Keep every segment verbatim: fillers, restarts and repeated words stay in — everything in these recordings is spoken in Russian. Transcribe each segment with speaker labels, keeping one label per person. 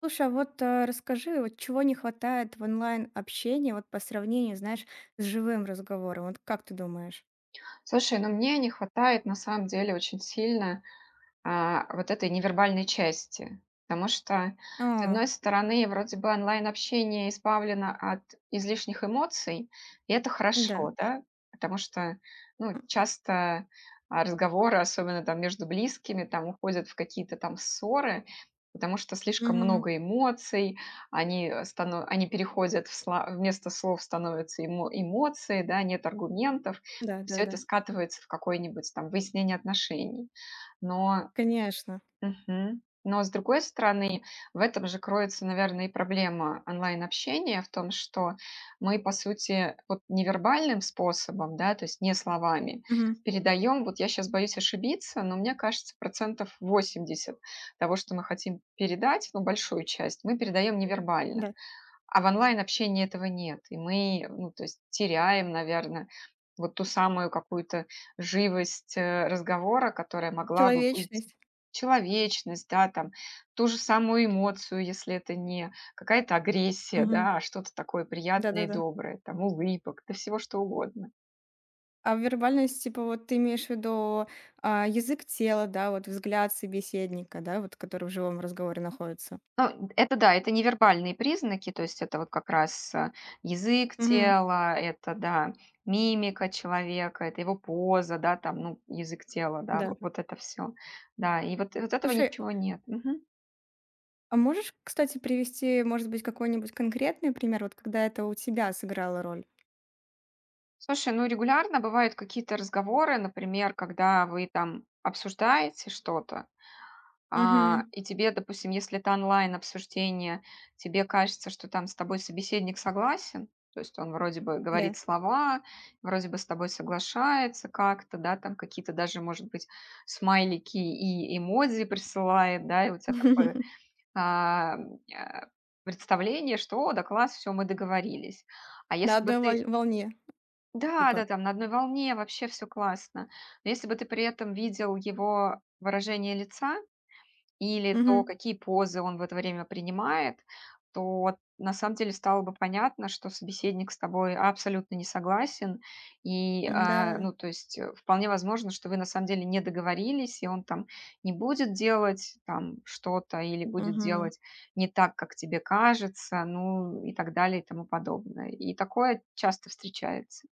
Speaker 1: Слушай, а вот, э, расскажи, вот чего не хватает в онлайн-общении, вот по сравнению, знаешь, с живым разговором? Вот как ты думаешь?
Speaker 2: Слушай, ну мне не хватает на самом деле очень сильно, а, вот этой невербальной части. Потому что, с
Speaker 1: А,
Speaker 2: одной стороны, вроде бы онлайн-общение избавлено от излишних эмоций, и это
Speaker 1: да.
Speaker 2: хорошо, да, потому что, ну,
Speaker 1: М,
Speaker 2: часто а, разговоры, особенно там между близкими, там уходят в какие-то там ссоры, потому что слишком
Speaker 1: мгм.
Speaker 2: много эмоций, они, э, стано- они переходят в сла- вместо слов становятся эмо- эмоции, да, нет аргументов, все это
Speaker 1: Да-да-да.
Speaker 2: скатывается в какое-нибудь там выяснение отношений. Но
Speaker 1: Конечно.
Speaker 2: Мгм. Но, с другой стороны, в этом же кроется, наверное, и проблема онлайн-общения в том, что мы, по сути, вот невербальным способом, да, то есть не словами,
Speaker 1: Мгм.
Speaker 2: передаем, вот я сейчас боюсь ошибиться, но мне кажется, процентов восемьдесят того, что мы хотим передать, ну, большую часть, мы передаем невербально.
Speaker 1: Да.
Speaker 2: А в онлайн-общении этого нет. И мы, ну, то есть теряем, наверное, вот ту самую какую-то живость, э, разговора, которая могла бы быть.
Speaker 1: Человечность.
Speaker 2: Человечность, да, там, ту же самую эмоцию, если это не какая-то агрессия,
Speaker 1: Мгм.
Speaker 2: да, а что-то такое приятное и
Speaker 1: Да-да-да.
Speaker 2: доброе, там, улыбок, да всего что угодно.
Speaker 1: А вербальность, типа, вот ты имеешь в виду, а, язык тела, да, вот взгляд собеседника, да, вот который в живом разговоре находится?
Speaker 2: Ну, это да, это невербальные признаки, то есть это вот как раз э, язык
Speaker 1: Мгм.
Speaker 2: тела, это, да, мимика человека, это его поза, да, там, ну, язык тела, да,
Speaker 1: Да.
Speaker 2: в- вот это все, да, и вот, вот этого
Speaker 1: Слушай,
Speaker 2: ничего нет. Мгм.
Speaker 1: а можешь, кстати, привести, может быть, какой-нибудь конкретный пример, вот когда это у тебя сыграло роль?
Speaker 2: Слушай, ну, регулярно бывают какие-то разговоры, например, когда вы там обсуждаете что-то. А,
Speaker 1: Мгм.
Speaker 2: и тебе, допустим, если это онлайн-обсуждение, тебе кажется, что там с тобой собеседник согласен, то есть он вроде бы
Speaker 1: Да.
Speaker 2: говорит слова, вроде бы с тобой соглашается как-то, да, там какие-то даже, может быть, смайлики и эмодзи присылает, да, и у тебя такое а, а, представление, что, о, да класс, все, мы договорились. А
Speaker 1: На
Speaker 2: если бы
Speaker 1: одной
Speaker 2: ты,
Speaker 1: воль волне
Speaker 2: да,
Speaker 1: типа.
Speaker 2: да, там на одной волне, вообще все классно. Но если бы ты при этом видел его выражение лица, или то,
Speaker 1: Мгм.
Speaker 2: какие позы он в это время принимает, то вот на самом деле стало бы понятно, что собеседник с тобой абсолютно не согласен. И,
Speaker 1: М-да.
Speaker 2: а, ну, то есть э, вполне возможно, что вы на самом деле не договорились, и он там не будет делать там что-то или будет
Speaker 1: Мгм.
Speaker 2: делать не так, как тебе кажется, ну и так далее и тому подобное. И такое часто встречается.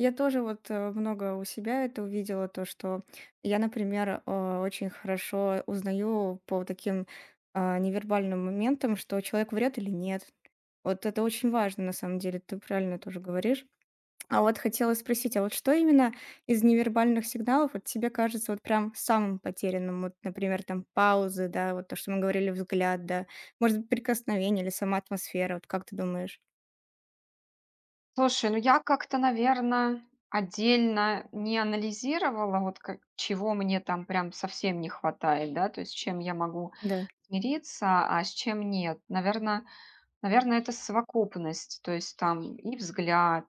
Speaker 1: Я тоже вот, э, много у себя это увидела, то, что я, например, э, очень хорошо узнаю по таким, а, невербальным моментам, что человек врет или нет. Вот это очень важно, на самом деле, ты правильно тоже говоришь. А вот хотела спросить, а вот что именно из невербальных сигналов вот тебе кажется вот прям самым потерянным? Вот, например, там паузы, да, вот то, что мы говорили, взгляд, да, может быть, прикосновение или сама атмосфера, вот как ты думаешь?
Speaker 2: Слушай, ну я как-то, наверное, отдельно не анализировала, вот ка чего мне там прям совсем не хватает, да, то есть с чем я могу
Speaker 1: Да.
Speaker 2: мириться, а с чем нет. наверное. Наверное, это совокупность, то есть там и взгляд,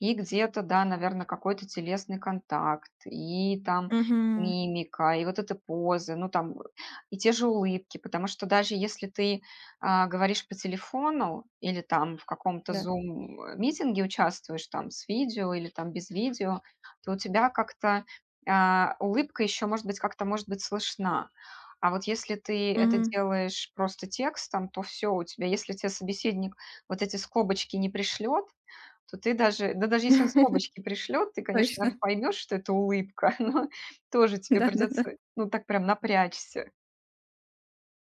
Speaker 2: и где-то, да, наверное, какой-то телесный контакт, и там
Speaker 1: Угу.
Speaker 2: мимика, и вот эта поза, ну там и те же улыбки, потому что даже если ты а, говоришь по телефону или там в каком-то
Speaker 1: Да.
Speaker 2: зум-митинге участвуешь там с видео или там без видео, то у тебя как-то а, улыбка еще может быть как-то может быть слышна. А вот если ты это
Speaker 1: Угу.
Speaker 2: делаешь просто текстом, то все у тебя. Если тебе собеседник вот эти скобочки не пришлет, то ты даже да даже если он скобочки пришлет, ты, конечно,
Speaker 1: Точно.
Speaker 2: поймешь, что это улыбка, но тоже тебе
Speaker 1: Да-да-да.
Speaker 2: придется, ну, так прям напрячься.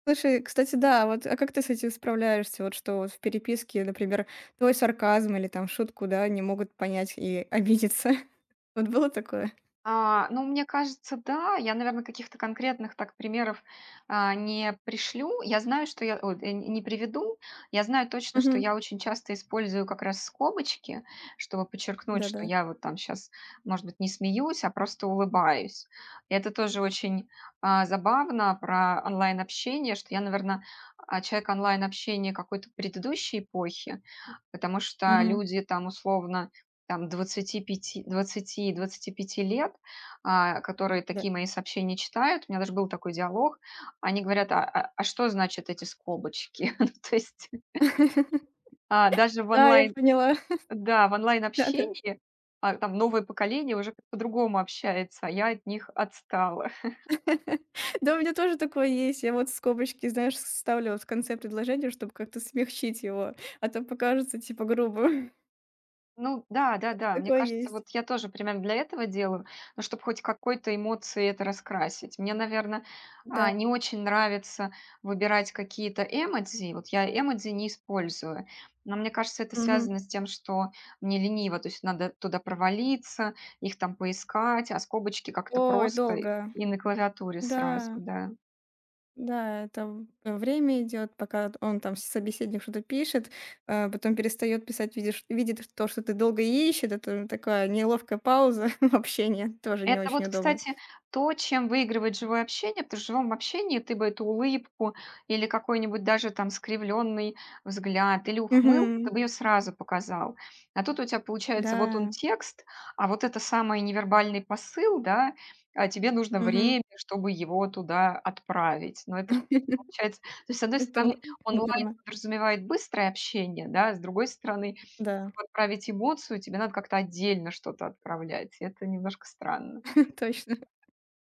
Speaker 1: Слушай, кстати, да, вот, а как ты с этим справляешься? Вот что вот в переписке, например, твой сарказм или там шутку, да, не могут понять и обидеться. Вот было такое?
Speaker 2: А, ну, мне кажется, да. Я, наверное, каких-то конкретных так примеров, а, не пришлю. Я знаю, что я ой, э, не приведу. Я знаю точно,
Speaker 1: Угу.
Speaker 2: что я очень часто использую как раз скобочки, чтобы подчеркнуть,
Speaker 1: Да-да.
Speaker 2: что я вот там сейчас, может быть, не смеюсь, а просто улыбаюсь. И это тоже очень, а, забавно про онлайн-общение, что я, наверное, человек онлайн-общения какой-то предыдущей эпохи, потому что
Speaker 1: Угу.
Speaker 2: люди там условно там двадцати пяти, двадцати двадцати пяти лет, а, которые
Speaker 1: Да. Угу.
Speaker 2: такие мои сообщения читают. У меня даже был такой диалог. Они говорят: «А а а что значит эти скобочки?» Ну, то есть, а, даже в
Speaker 1: А, я
Speaker 2: онлайн
Speaker 1: поняла.
Speaker 2: да, в
Speaker 1: Да-да.
Speaker 2: онлайн-общении, а, там новое поколение уже как-то по-другому общается, а я от них отстала.
Speaker 1: Да, у меня тоже такое есть. Я вот скобочки, знаешь, ставлю вот в конце предложения, чтобы как-то смягчить его, а то покажется, типа, грубо.
Speaker 2: Ну да, да-да, мне
Speaker 1: Такое
Speaker 2: кажется,
Speaker 1: есть.
Speaker 2: вот я тоже примерно для этого делаю, ну, чтобы хоть какой-то эмоции это раскрасить. Мне, наверное,
Speaker 1: Да.
Speaker 2: не очень нравится выбирать какие-то эмодзи. Вот я эмодзи не использую. Но мне кажется, это
Speaker 1: Мгм.
Speaker 2: связано с тем, что мне лениво, то есть надо туда провалиться, их там поискать, а скобочки как-то
Speaker 1: Ой,
Speaker 2: просто и
Speaker 1: долго.
Speaker 2: и на клавиатуре
Speaker 1: Да,
Speaker 2: сразу, да.
Speaker 1: да, это э, время идет, пока он там, собеседник, что-то пишет, а, потом перестает писать, видишь видит то, что ты долго ищет. Это такая неловкая пауза в общении, тоже не
Speaker 2: Это
Speaker 1: очень
Speaker 2: вот,
Speaker 1: удобно.
Speaker 2: кстати, то, чем выигрывает живое общение, потому что в живом общении ты бы эту улыбку или какой-нибудь даже там скривленный взгляд или ухмылку, ты
Speaker 1: Мгм.
Speaker 2: бы ее сразу показал. А тут у тебя получается вот он
Speaker 1: Да.
Speaker 2: текст, а вот это самый невербальный посыл, да, а тебе нужно
Speaker 1: Мгм.
Speaker 2: время, чтобы его туда отправить. Но это получается, то есть, с одной стороны,
Speaker 1: Это
Speaker 2: онлайн
Speaker 1: муторно.
Speaker 2: подразумевает быстрое общение, да, а с другой стороны,
Speaker 1: Да.
Speaker 2: чтобы отправить эмоцию, тебе надо как-то отдельно что-то отправлять. и Это немножко странно.
Speaker 1: Точно.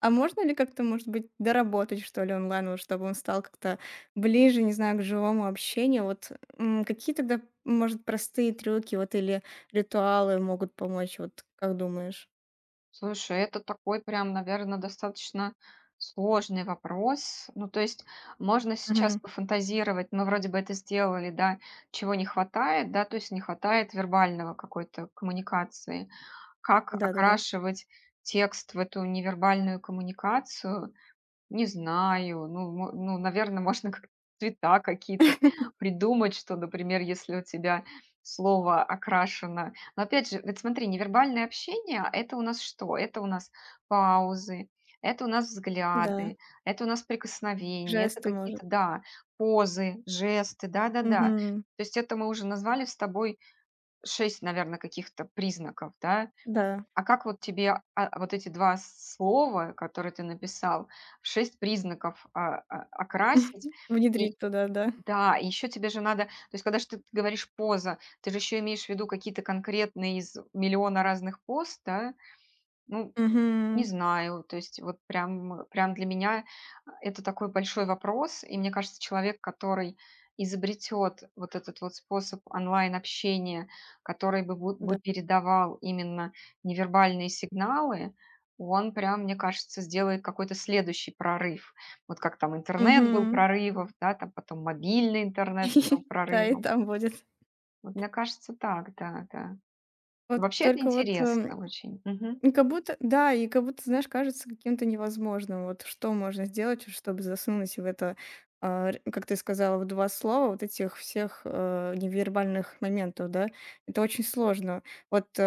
Speaker 1: А можно ли как-то, может быть, доработать, что ли, онлайн, вот чтобы он стал как-то ближе, не знаю, к живому общению? Вот м, какие тогда, может, простые трюки вот или ритуалы могут помочь, вот как думаешь?
Speaker 2: Слушай, это такой прям, наверное, достаточно сложный вопрос. Ну, то есть можно сейчас
Speaker 1: Мгм.
Speaker 2: пофантазировать. Мы вроде бы это сделали, да, чего не хватает, да, то есть не хватает вербального какой-то коммуникации. Как
Speaker 1: Да-да-да.
Speaker 2: окрашивать текст в эту невербальную коммуникацию, не знаю. Ну, мо ну, наверное, можно как цвета какие-то придумать, что, например, если у тебя слово окрашено но опять же, вот смотри, невербальное общение- это у нас что? Это у нас паузы, это у нас
Speaker 1: Да.
Speaker 2: взгляды, это у нас прикосновения, это
Speaker 1: Жесты, может.
Speaker 2: какие-то, да, позы, жесты, да-да-да.
Speaker 1: Мгм.
Speaker 2: То есть это мы уже назвали с тобой шесть, наверное, каких-то признаков, да?
Speaker 1: Да.
Speaker 2: А как вот тебе, а, а, вот эти два слова, которые ты написал, шесть признаков, а, а, окрасить? И
Speaker 1: Внедрить туда, да.
Speaker 2: да, еще тебе же надо, то есть когда ж ты говоришь «поза», ты же еще имеешь в виду какие-то конкретные из миллиона разных поз, да? Ну, не
Speaker 1: Мгм.
Speaker 2: знаю, то есть вот прям, прям для меня а, это такой большой вопрос, и мне кажется, человек, который изобретет вот этот вот способ онлайн-общения, который бы, бу-
Speaker 1: Да.
Speaker 2: бы передавал именно невербальные сигналы, он прям, мне кажется, сделает какой-то следующий прорыв. Вот как там интернет был
Speaker 1: Мгм.
Speaker 2: прорывов, да, там потом мобильный интернет стал
Speaker 1: Да, и
Speaker 2: прорывом.
Speaker 1: там будет.
Speaker 2: Вот мне кажется, так, да, да.
Speaker 1: Вот
Speaker 2: Вообще это
Speaker 1: только вот
Speaker 2: интересно
Speaker 1: эм,
Speaker 2: очень. Мгм.
Speaker 1: И как будто да, и как будто, знаешь, кажется каким-то невозможным. Вот что можно сделать, вот чтобы засунуть в это, а, р- как ты сказала, в два слова вот этих всех э, невербальных моментов, да? Это очень сложно. Вот э,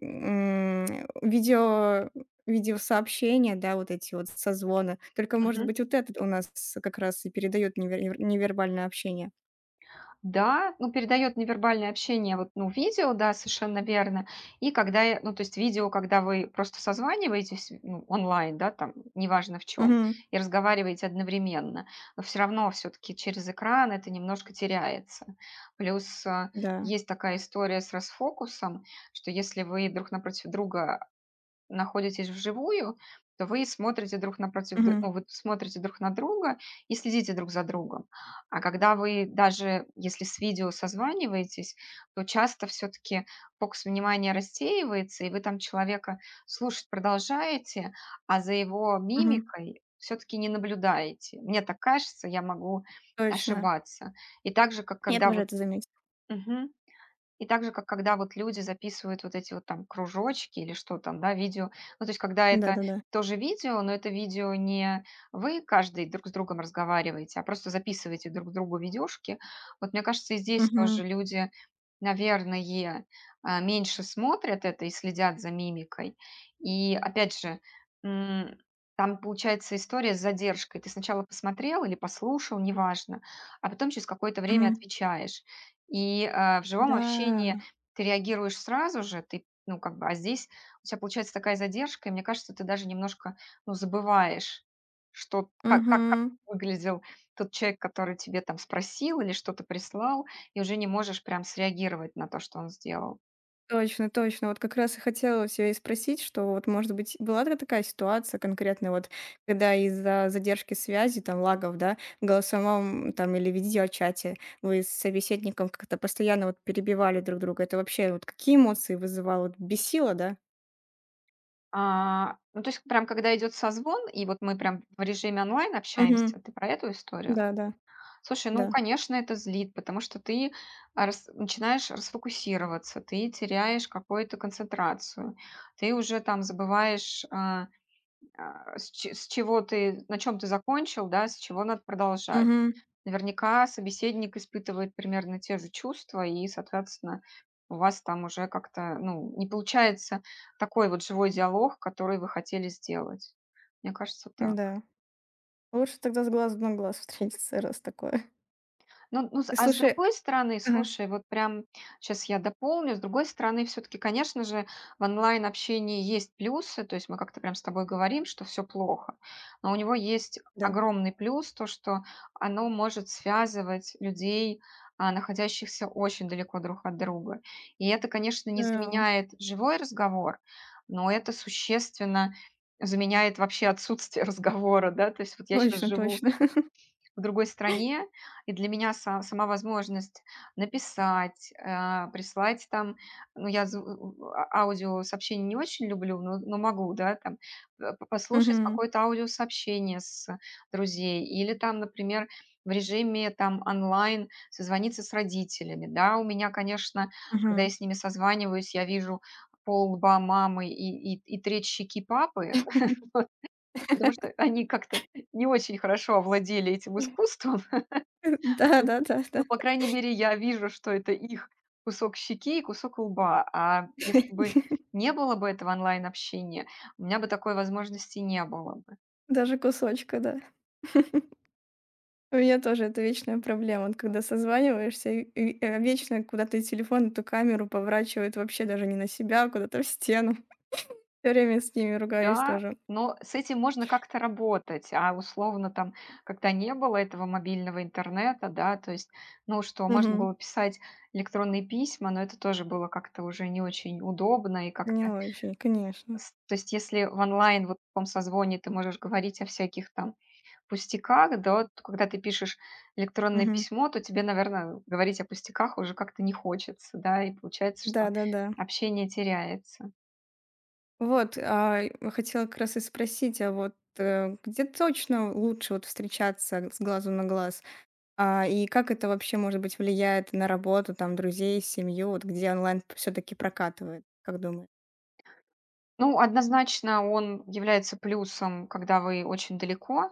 Speaker 1: м, видео видеосообщения, да, вот эти вот созвоны. Только, может быть, вот этот у нас как раз и передает невер- невербальное общение.
Speaker 2: Да, ну, передает невербальное общение, вот, ну, видео, да, совершенно верно. И когда, я- ну, то есть видео, когда вы просто созваниваетесь, ну, онлайн, да, там, неважно в чем,
Speaker 1: Мгм.
Speaker 2: и разговариваете одновременно, но все равно все-таки через экран это немножко теряется. Плюс а,
Speaker 1: Да.
Speaker 2: есть такая история с расфокусом, что если вы друг напротив друга находитесь вживую, то вы смотрите друг напротив, д-
Speaker 1: Мгм.
Speaker 2: ну, вы смотрите друг на друга и следите друг за другом. А когда вы даже, если с видео созваниваетесь, то часто все-таки фокус внимания рассеивается, и вы там человека слушать продолжаете, а за его
Speaker 1: Мгм.
Speaker 2: мимикой все-таки не наблюдаете. Мне так кажется, я могу
Speaker 1: Точно.
Speaker 2: ошибаться. И так же, как
Speaker 1: Я
Speaker 2: когда
Speaker 1: тоже
Speaker 2: вот...
Speaker 1: это заметила.
Speaker 2: Мгм. И так же, как когда вот люди записывают вот эти вот там кружочки или что там, да, видео. Ну, то есть, когда это
Speaker 1: Да-да-да.
Speaker 2: тоже видео, но это видео не вы каждый друг с другом разговариваете, а просто записываете друг другу видюшки. Вот мне кажется, и здесь
Speaker 1: Мгм.
Speaker 2: тоже люди, наверное, а, меньше смотрят это и следят за мимикой. И опять же, м, там получается история с задержкой. Ты сначала посмотрел или послушал, неважно, а потом через какое-то время
Speaker 1: Мгм.
Speaker 2: отвечаешь. И, а, в живом
Speaker 1: Да,
Speaker 2: общении ты реагируешь сразу же, ты, ну, как бы, а здесь у тебя получается такая задержка, и мне кажется, ты даже немножко, ну, забываешь, что как как как
Speaker 1: мгм.
Speaker 2: выглядел тот человек, который тебе там спросил или что-то прислал, и уже не можешь прям среагировать на то, что он сделал.
Speaker 1: Точно, точно. Вот как раз и хотела у тебя и спросить, что вот, может быть, была ли такая ситуация конкретная, вот, когда из-за задержки связи, там, лагов, да, в голосовом там или видеочате вы с собеседником как-то постоянно вот перебивали друг друга. Это вообще вот какие эмоции вызывало? Вот бесило, да?
Speaker 2: А, ну, то есть прям когда идет созвон, и вот мы прям в режиме онлайн
Speaker 1: Угу,
Speaker 2: общаемся, ты про эту историю?
Speaker 1: да, да,
Speaker 2: Слушай, ну,
Speaker 1: да.
Speaker 2: конечно, это злит, потому что ты а, рас- начинаешь расфокусироваться, ты теряешь какую-то концентрацию, ты уже там забываешь, а, а, с, ч- с чего ты, на чем ты закончил, да, с чего надо продолжать.
Speaker 1: Угу,
Speaker 2: Наверняка собеседник испытывает примерно те же чувства, и, соответственно, у вас там уже как-то, ну, не получается такой вот живой диалог, который вы хотели сделать. Мне кажется, так.
Speaker 1: да. Лучше тогда с глазу на глаз встретиться, раз такое.
Speaker 2: Ну ну, с а с
Speaker 1: Слушай,
Speaker 2: другой стороны,
Speaker 1: ага,
Speaker 2: слушай, вот прям сейчас я дополню. С другой стороны, все таки конечно же, в онлайн-общении есть плюсы. То есть мы как-то прям с тобой говорим, что все плохо. Но у него есть
Speaker 1: да.
Speaker 2: огромный плюс, то, что оно может связывать людей, а, находящихся очень далеко друг от друга. И это, конечно, не
Speaker 1: Да,
Speaker 2: заменяет живой разговор, но это существенно заменяет вообще отсутствие разговора, да. То есть вот я сейчас
Speaker 1: точно,
Speaker 2: живу
Speaker 1: точно.
Speaker 2: в другой стране, и для меня са сама возможность написать, а, прислать там, ну, я зв у а аудиосообщения не очень люблю, но но могу, да, там, э, п послушать
Speaker 1: Угу,
Speaker 2: какое-то аудиосообщение с друзей или там, например, в режиме там онлайн созвониться с родителями. Да, у меня, конечно, когда
Speaker 1: мгм.
Speaker 2: я с ними созваниваюсь, я вижу пол-лба мамы и и и треть щеки папы, потому что они как-то не очень хорошо овладели этим искусством. Ну
Speaker 1: Да-да-да-да.
Speaker 2: ну, по крайней мере, я вижу, что это их кусок щеки и кусок лба. А если бы не было бы этого онлайн-общения, у меня бы такой возможности не было бы.
Speaker 1: Даже кусочка, да. У меня тоже это вечная проблема. Вот когда созваниваешься, и и, э, вечно куда-то телефон эту камеру поворачивает вообще даже не на себя, а куда-то в стену. Всё время с ними ругаюсь
Speaker 2: Да,
Speaker 1: тоже.
Speaker 2: но с этим можно как-то работать, а условно там, когда не было этого мобильного интернета, да, то есть, ну что, можно
Speaker 1: Мгм.
Speaker 2: было писать электронные письма, но это тоже было как-то уже не очень удобно и
Speaker 1: Не
Speaker 2: как-то...
Speaker 1: очень, конечно.
Speaker 2: с- То есть, если в онлайн, вот в таком созвоне ты можешь говорить о всяких там пустяках, да, вот когда ты пишешь электронное
Speaker 1: Мгм.
Speaker 2: письмо, то тебе, наверное, говорить о пустяках уже как-то не хочется, да, и получается, что
Speaker 1: Да-да-да.
Speaker 2: общение теряется.
Speaker 1: Вот, а, и вот хотела как раз и спросить, а вот, э, где точно лучше вот встречаться с глазу на глаз? А, и как это вообще, может быть, влияет на работу, там, друзей, семью, вот где онлайн все-таки прокатывает, как думаешь?
Speaker 2: Ну, однозначно он является плюсом, когда вы очень далеко.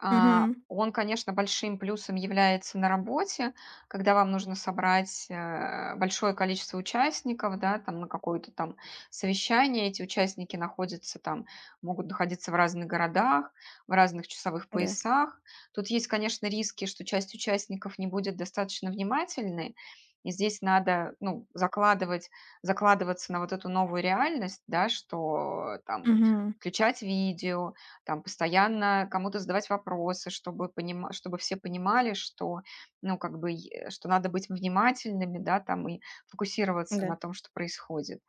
Speaker 2: А,
Speaker 1: Угу,
Speaker 2: он, конечно, большим плюсом является на работе, когда вам нужно собрать, э, большое количество участников, да, там на какое-то там совещание. Эти участники находятся там, могут находиться в разных городах, в разных часовых
Speaker 1: да.
Speaker 2: поясах. Тут есть, конечно, риски, что часть участников не будет достаточно внимательной, и здесь надо, ну, закладывать закладываться на вот эту новую реальность, да, что там
Speaker 1: Угу,
Speaker 2: включать видео, там постоянно кому-то задавать вопросы, чтобы понима чтобы все понимали, что, ну, как бы, е что надо быть внимательными, да, там, и фокусироваться
Speaker 1: да.
Speaker 2: на том, что происходит.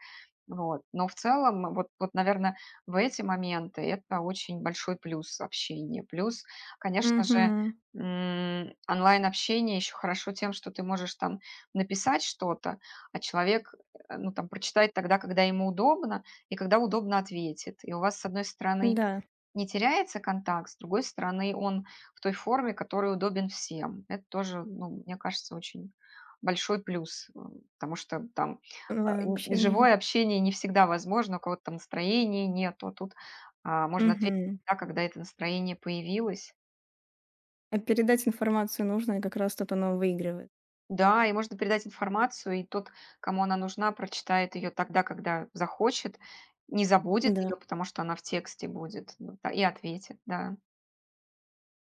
Speaker 2: Вот. Но в целом, вот вот, наверное, в эти моменты это очень большой плюс общения. Плюс, конечно же,
Speaker 1: Угу,
Speaker 2: м, онлайн-общение еще хорошо тем, что ты можешь там написать что-то, а человек, э, ну, там, прочитает тогда, когда ему удобно и когда удобно ответит. И у вас, с одной стороны,
Speaker 1: да.
Speaker 2: не теряется контакт, с другой стороны, он в той форме, который удобен всем. Это тоже, ну, мне кажется, очень большой плюс, э, потому что там э, н-
Speaker 1: Онлайн-общение.
Speaker 2: живое общение не всегда возможно, у кого-то там настроения нет, а тут а, можно ответить
Speaker 1: Угу.
Speaker 2: да, когда это настроение появилось.
Speaker 1: А передать информацию нужно, и как раз тут оно выигрывает.
Speaker 2: Да, и можно передать информацию, и тот, кому она нужна, прочитает ее тогда, когда захочет, не забудет
Speaker 1: Да.
Speaker 2: ее, потому что она в тексте будет, ну, да, и ответит, да.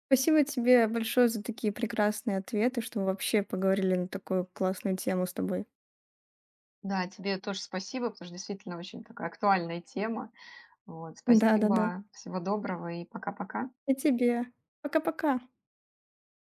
Speaker 1: Спасибо тебе большое за такие прекрасные ответы, что мы вообще поговорили на такую классную тему с тобой.
Speaker 2: Да, тебе тоже спасибо, потому что действительно очень такая актуальная тема. Вот,
Speaker 1: Да-да-да.
Speaker 2: спасибо, всего доброго и пока-пока.
Speaker 1: И тебе. Пока-пока.